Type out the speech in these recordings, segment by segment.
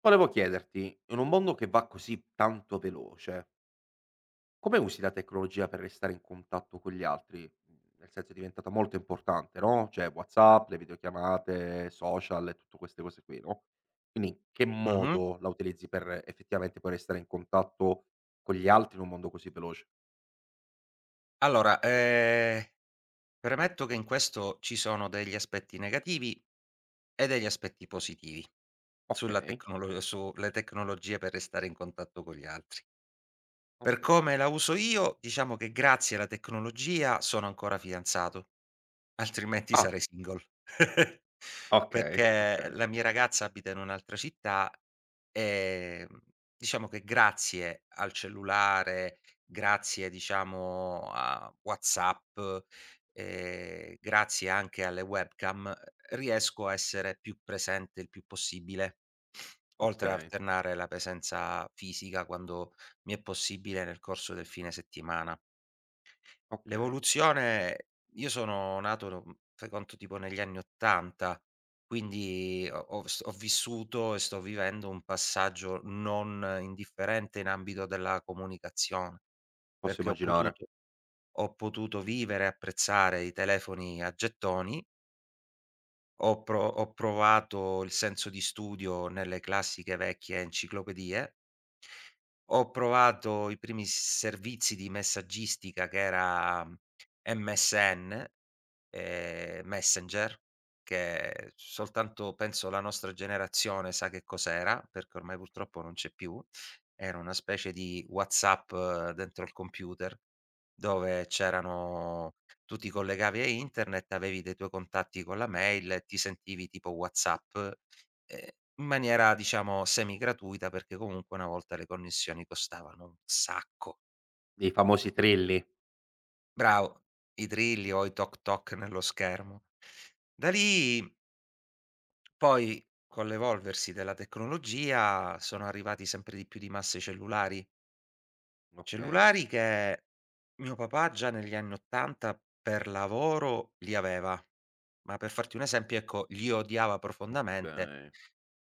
Volevo chiederti, in un mondo che va così tanto veloce, come usi la tecnologia per restare in contatto con gli altri? Nel senso è diventata molto importante, no, cioè WhatsApp, le videochiamate, social e tutte queste cose qui, no, quindi in che Mh-mh. modo la utilizzi per effettivamente poi restare in contatto con gli altri in un mondo così veloce? Allora, premetto che in questo ci sono degli aspetti negativi e degli aspetti positivi sulla Okay, tecnolo sulle tecnologie per restare in contatto con gli altri. Per okay. come la uso io, diciamo che grazie alla tecnologia sono ancora fidanzato. Altrimenti Ah, sarei single. okay, Perché okay, la mia ragazza abita in un'altra città, ehm, diciamo che grazie al cellulare, grazie diciamo a WhatsApp, grazie anche alle webcam, riesco a essere più presente il più possibile, oltre a okay, alternare la presenza fisica quando mi è possibile nel corso del fine settimana. okay. L'evoluzione, io sono nato, no, fai conto tipo negli anni '80, quindi ho vissuto e sto vivendo un passaggio non indifferente in ambito della comunicazione, Posso perché ho immaginare. potuto, ho potuto vivere e apprezzare i telefoni a gettoni, ho provato il senso di studio nelle classiche vecchie enciclopedie. Ho provato i primi servizi di messaggistica, che era MSN, Messenger, che soltanto penso la nostra generazione sa che cos'era, perché ormai purtroppo non c'è più. Era una specie di WhatsApp, dentro il computer, dove c'erano, tu ti collegavi a internet, avevi dei tuoi contatti con la mail e ti sentivi tipo WhatsApp, ehm, in maniera diciamo semi gratuita, perché comunque una volta le connessioni costavano un sacco. I famosi trilli. Bravo, i drilli o i toc toc nello schermo. Da lì poi, con l'evolversi della tecnologia, sono arrivati sempre di più di masse cellulari. Okay, Cellulari che mio papà già negli anni '80 per lavoro li aveva, ma per farti un esempio, ecco, li odiava profondamente okay,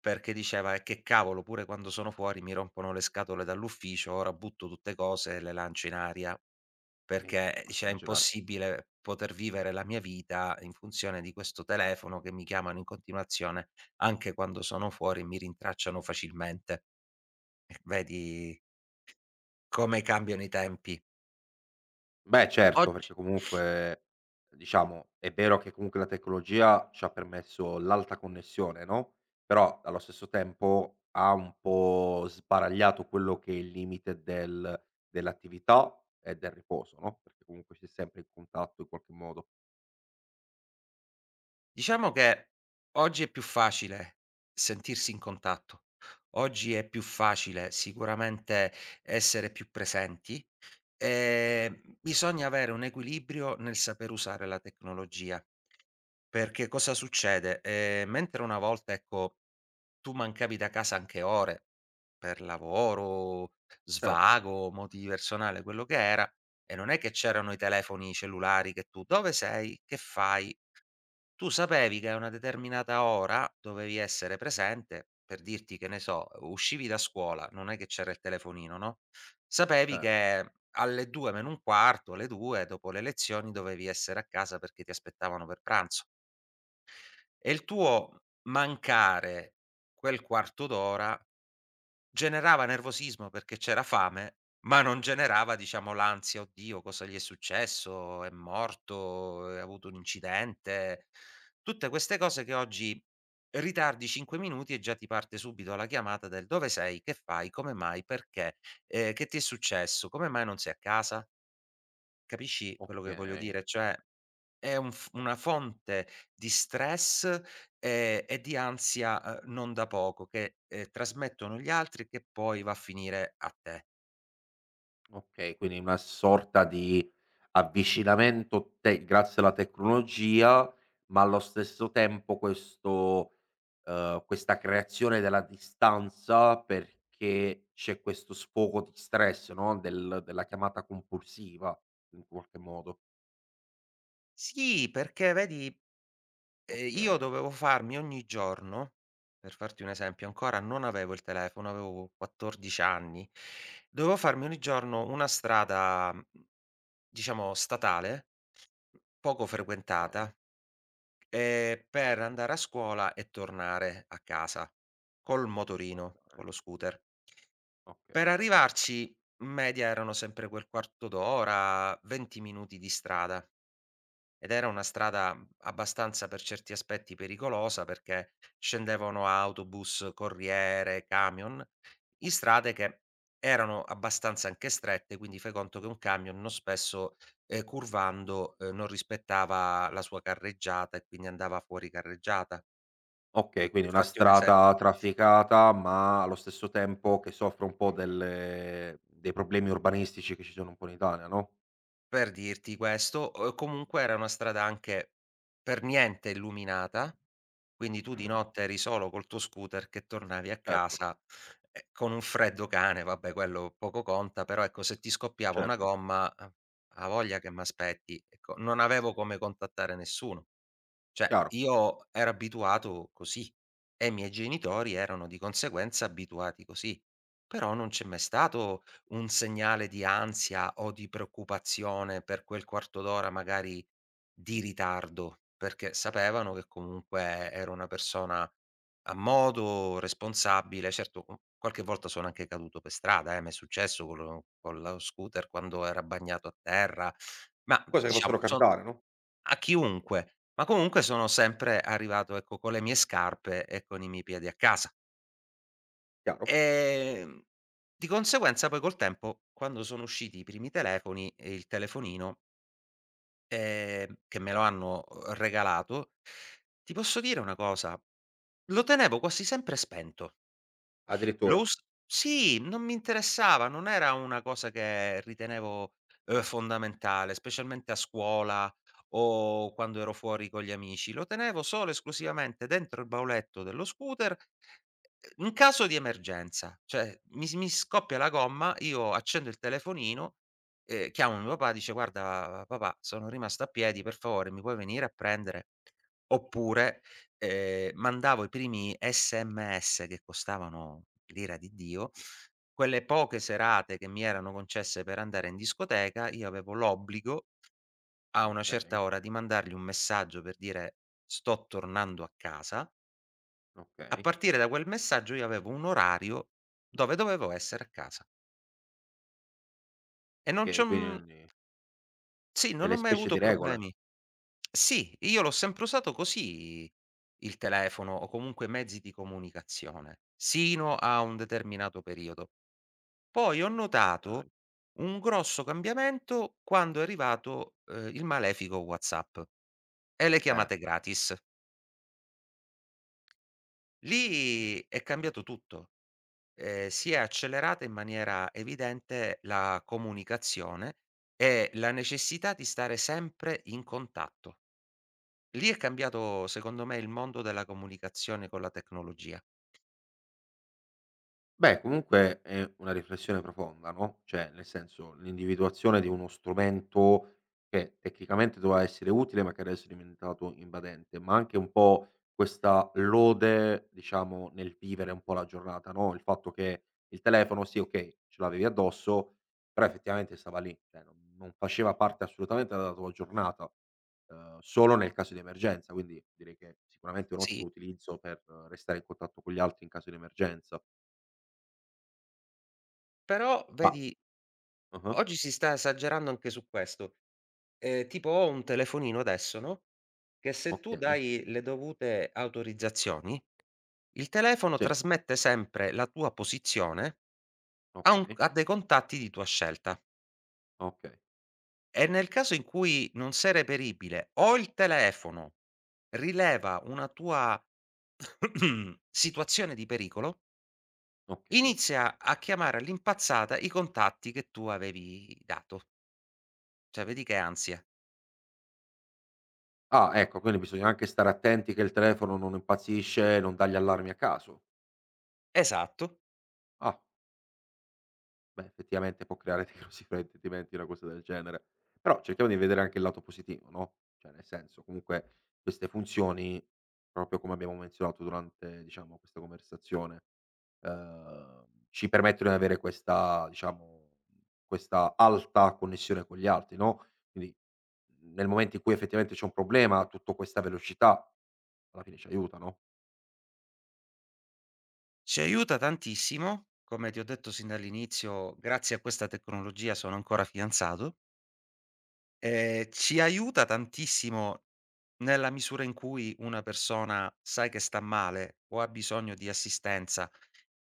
perché diceva: "E che cavolo, pure quando sono fuori mi rompono le scatole dall'ufficio, ora butto tutte cose e le lancio in aria". Perché, posso dice: "È immaginare. impossibile poter vivere la mia vita in funzione di questo telefono che mi chiamano in continuazione, anche quando sono fuori e mi rintracciano facilmente." Vedi come cambiano i tempi. Beh, certo, Oggi perché comunque diciamo è vero che comunque la tecnologia ci ha permesso l'alta connessione, no, però allo stesso tempo ha un po' sbaragliato quello che è il limite dell'attività e del riposo, no, perché comunque c'è sempre il contatto in qualche modo. Diciamo che oggi è più facile sentirsi in contatto, oggi è più facile sicuramente essere più presenti, bisogna avere un equilibrio nel saper usare la tecnologia. Perché cosa succede? Mentre una volta, ecco, tu mancavi da casa anche ore per lavoro, Certo, svago, motivi personali, quello che era, e non è che c'erano i telefoni cellulari che tu: "Dove sei? Che fai?" Tu sapevi che a una determinata ora dovevi essere presente, per dirti, che ne so, uscivi da scuola, non è che c'era il telefonino, no, sapevi cer che alle 2 meno un quarto, alle 2, dopo le lezioni dovevi essere a casa perché ti aspettavano per pranzo, e il tuo mancare quel quarto d'ora generava nervosismo perché c'era fame, ma non generava diciamo l'ansia: "Oddio cosa gli è successo? È morto? Ha avuto un incidente?" Tutte queste cose che oggi ritardi 5 minuti e già ti parte subito la chiamata del: "Dove sei? Che fai? Come mai? Perché? Che ti è successo? Come mai non sei a casa?" Capisci quello che voglio Okay, dire? Cioè è un f una fonte di stress, e di ansia, non da poco che, trasmettono gli altri che poi va a finire a te. okay, quindi una sorta di avvicinamento te grazie alla tecnologia, ma allo stesso tempo questo questa creazione della distanza perché c'è questo sfogo di stress, no, della chiamata compulsiva in qualche modo. Sì, perché vedi, io Okay, dovevo farmi ogni giorno per farti un esempio, ancora non avevo il telefono, avevo 14 anni, dovevo farmi ogni giorno una strada, diciamo statale, poco okay, frequentata. Per andare a scuola e tornare a casa col motorino, okay, con lo scooter. Per okay. arrivarci in media erano sempre quel quarto d'ora, 20 minuti di strada. Ed era una strada, abbastanza per certi aspetti pericolosa, perché scendevano autobus, corriere, camion, in strade che erano abbastanza anche strette, quindi fai conto che un camion non spesso, curvando, non rispettava la sua carreggiata e quindi andava fuori carreggiata. Okay, quindi Per una farti un ese strada trafficata, ma allo stesso tempo che soffre un po' delle dei problemi urbanistici che ci sono un po' in Italia, no? Per dirti questo, comunque era una strada anche per niente illuminata, quindi tu di notte eri solo col tuo scooter che tornavi a Certo, casa, con un freddo cane, vabbè quello poco conta, però ecco se ti scoppiava una certo, gomma, ha voglia che m'aspetti, ecco, non avevo come contattare nessuno. Cioè, chiaro. io ero abituato così e i miei genitori erano di conseguenza abituati così, però non c'è mai stato un segnale di ansia o di preoccupazione per quel quarto d'ora magari di ritardo, perché sapevano che comunque ero una persona a modo, responsabile. Certo, u qualche volta sono anche caduto per strada, m'è successo con lo scooter quando era bagnato a terra, ma Cose che diciamo possono son capitare, no, a chiunque, ma comunque sono sempre arrivato, ecco, con le mie scarpe e con i miei piedi a casa. chiaro. Ehm, di conseguenza poi col tempo, quando sono usciti i primi telefoni e il telefonino, che me lo hanno, regalato, ti posso dire una cosa: lo tenevo quasi sempre spento. Lo Addirittura. us Sì, non mi interessava, non era una cosa che ritenevo, fondamentale, specialmente a scuola o quando ero fuori con gli amici. Lo tenevo solo esclusivamente dentro il bauletto dello scooter, in caso di emergenza. Cioè mi scoppia la gomma, io accendo il telefonino, chiamo mio papà, dice: "Guarda papà, sono rimasto a piedi, per favore mi puoi venire a prendere?" Oppure mandavo i primi SMS che costavano l'ira di Dio, quelle poche serate che mi erano concesse per andare in discoteca, io avevo l'obbligo a una certa Okay, ora di mandargli un messaggio per dire: "Sto tornando a casa". A okay. partire da quel messaggio io avevo un orario dove dovevo essere a casa e non c'ho E mhmm, quindi sì, non ho delle mai specie avuto di regole. problemi. Sì, io l'ho sempre usato così il telefono o comunque mezzi di comunicazione, sino a un determinato periodo. Poi ho notato Okay. un grosso cambiamento quando è arrivato, il malefico WhatsApp e le Eh. chiamate gratis. Lì è cambiato tutto, si è accelerata in maniera evidente la comunicazione e la necessità di stare sempre in contatto. Lì è cambiato secondo me il mondo della comunicazione con la tecnologia. Beh, comunque è una riflessione profonda, no, cioè nel senso, l'individuazione di uno strumento che tecnicamente doveva essere utile, ma che adesso è diventato invadente, ma anche un po' questa lode, diciamo, nel vivere un po' la giornata, no, il fatto che il telefono sì, okay, ce l'avevi addosso, però effettivamente stava lì, cioè non faceva parte assolutamente della tua giornata, solo nel caso di emergenza, quindi direi che sicuramente è un Sì, ottimo utilizzo per restare in contatto con gli altri in caso di emergenza. però Ma vedi, ah-ah. oggi si sta esagerando anche su questo. Tipo ho un telefonino adesso, no, che se tu Okay. dai le dovute autorizzazioni, il telefono Sì. trasmette sempre la tua posizione Okay, a dei contatti di tua scelta, okay, e nel caso in cui non sei reperibile o il telefono rileva una tua situazione di pericolo, okay. inizia a chiamare all'impazzata i contatti che tu avevi dato. Cioè vedi che ansia. Ah, ecco, quindi bisogna anche stare attenti che il telefono non impazzisce e non dà gli allarmi a caso. Esatto. Ah, beh, effettivamente può creare dei grossi fraintendimenti una cosa del genere. Però cerchiamo di vedere anche il lato positivo, no, cioè nel senso, comunque queste funzioni, proprio come abbiamo menzionato durante, diciamo, questa conversazione ci permettono di avere questa, diciamo, questa alta connessione con gli altri, no, quindi nel momento in cui effettivamente c'è un problema, tutto questa velocità alla fine ci aiuta, no? Ci aiuta tantissimo, come ti ho detto sin dall'inizio, grazie a questa tecnologia sono ancora fidanzato. Ci aiuta tantissimo nella misura in cui una persona sai che sta male o ha bisogno di assistenza,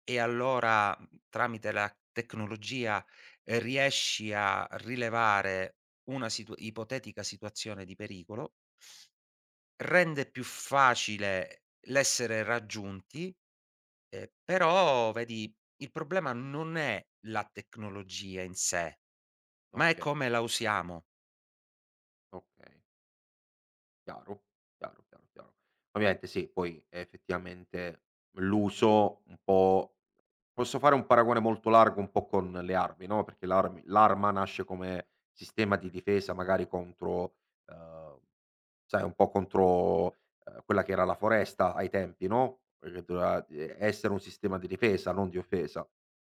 e allora, tramite la tecnologia, riesci a rilevare una situ ipotetica situazione di pericolo, rende più facile l'essere raggiunti, però vedi il problema non è la tecnologia in sé, ma è come Okay, la usiamo, okay, chiaro, chiaro, chiaro, chiaro. Ovviamente sì, poi è effettivamente l'uso un po', posso fare un paragone molto largo un po' con le armi, no, perché l'arma nasce come sistema di difesa magari contro, ehm sai, un po' contro, quella che era la foresta ai tempi, no, perché doveva e essere un sistema di difesa, non di offesa.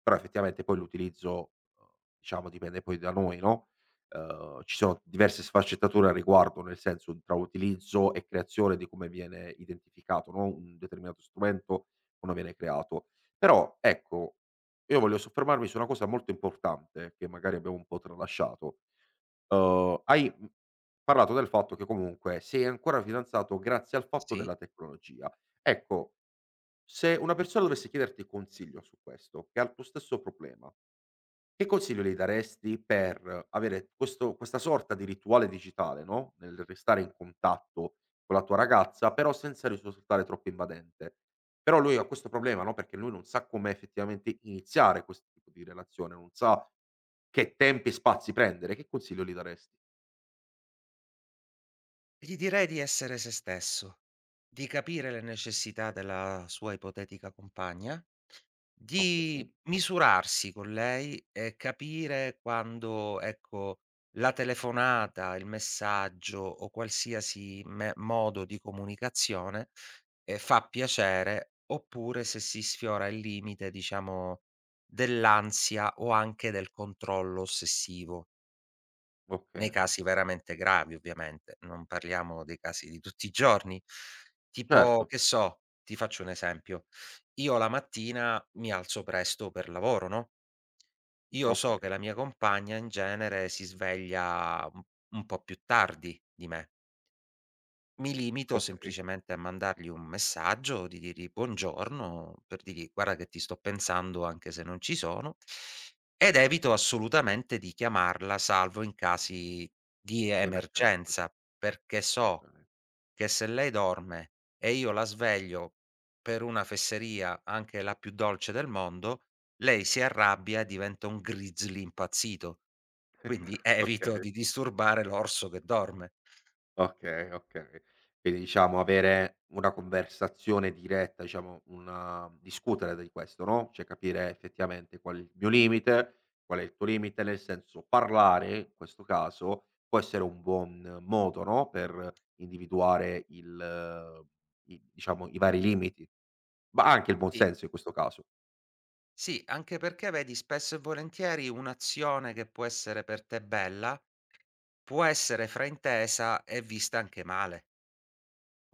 Però effettivamente poi l'utilizzo, uhm, diciamo dipende poi da noi, no, ci sono diverse sfaccettature al riguardo, nel senso tra utilizzo e creazione di come viene identificato, no, un determinato strumento, come viene creato. Però ecco, io voglio soffermarmi su una cosa molto importante che magari abbiamo un po' tralasciato. Hai parlato del fatto che comunque sei ancora fidanzato grazie al fatto sì? della tecnologia. Ecco, se una persona dovesse chiederti consiglio su questo, che ha il tuo stesso problema, che consiglio gli daresti per avere questo questa sorta di rituale digitale, no, nel restare in contatto con la tua ragazza, però senza risultare troppo invadente? Però lui ha questo problema, no, perché lui non sa come effettivamente iniziare questo tipo di relazione, non sa che tempi e spazi prendere. Che consiglio gli daresti? Gli direi di essere se stesso, di capire le necessità della sua ipotetica compagna, Okay, di misurarsi con lei e capire quando, ecco, la telefonata, il messaggio o qualsiasi me modo di comunicazione, fa piacere oppure se si sfiora il limite, diciamo, dell'ansia o anche del controllo ossessivo. Nei okay. casi veramente gravi ovviamente, non parliamo dei casi di tutti i giorni. Certo, Tipo, che so, ti faccio un esempio: io la mattina mi alzo presto per lavoro, no, io so che okay, la mia compagna in genere si sveglia un po' più tardi di me. Mi limito okay. semplicemente a mandargli un messaggio, di dirgli: "Buongiorno", per dirgli: "Guarda che ti sto pensando anche se non ci sono", ed evito assolutamente di chiamarla, salvo in casi di Di emergenza, emergenza, perché so okay. che se lei dorme e io la sveglio per una fesseria, anche la più dolce del mondo, lei si arrabbia e diventa un grizzly impazzito. Quindi evito Okay, di disturbare l'orso che dorme. okay, okay. Quindi diciamo avere una conversazione diretta, diciamo una discutere di questo, no, cioè capire effettivamente qual è il mio limite, qual è il tuo limite, nel senso parlare in questo caso può essere un buon modo, no, per individuare il i, diciamo, i vari limiti, ma anche il buon Sì. senso in questo caso. Sì, anche perché vedi spesso e volentieri un'azione che può essere per te bella, può essere fraintesa e vista anche male.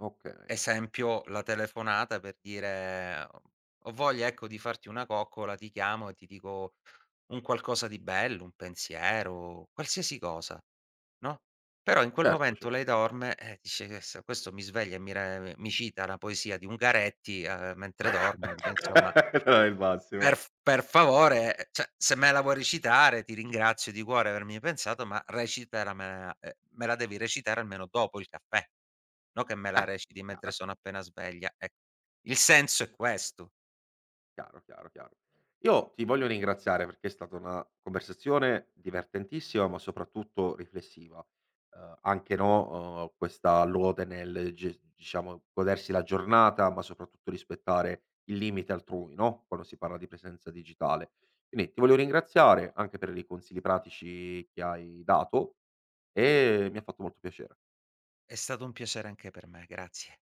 Okay. Esempio, la telefonata per dire: "Ho voglia, ecco, di farti una coccola, ti chiamo e ti dico un qualcosa di bello, un pensiero, qualsiasi cosa", no, però in quel Certo, momento cer lei dorme e dice: Questo mi sveglia e mi cita la poesia di Ungaretti, mentre dormo", dice insomma non è il massimo. Per favore, cioè se me la vuoi recitare ti ringrazio di cuore avermi pensato, ma recitaramela me la devi recitare almeno dopo il caffè, no che me la Eh, reciti mentre chiaro, sono appena sveglia, ecco. Il senso è questo. chiaro, chiaro, chiaro. Io ti voglio ringraziare perché è stata una conversazione divertentissima, ma soprattutto riflessiva. Anche, no, questa lode nel ges diciamo godersi la giornata, ma soprattutto rispettare il limite altrui, no, quando si parla di presenza digitale. Quindi ti voglio ringraziare anche per i consigli pratici che hai dato e mi ha fatto molto piacere. È stato un piacere anche per me, grazie.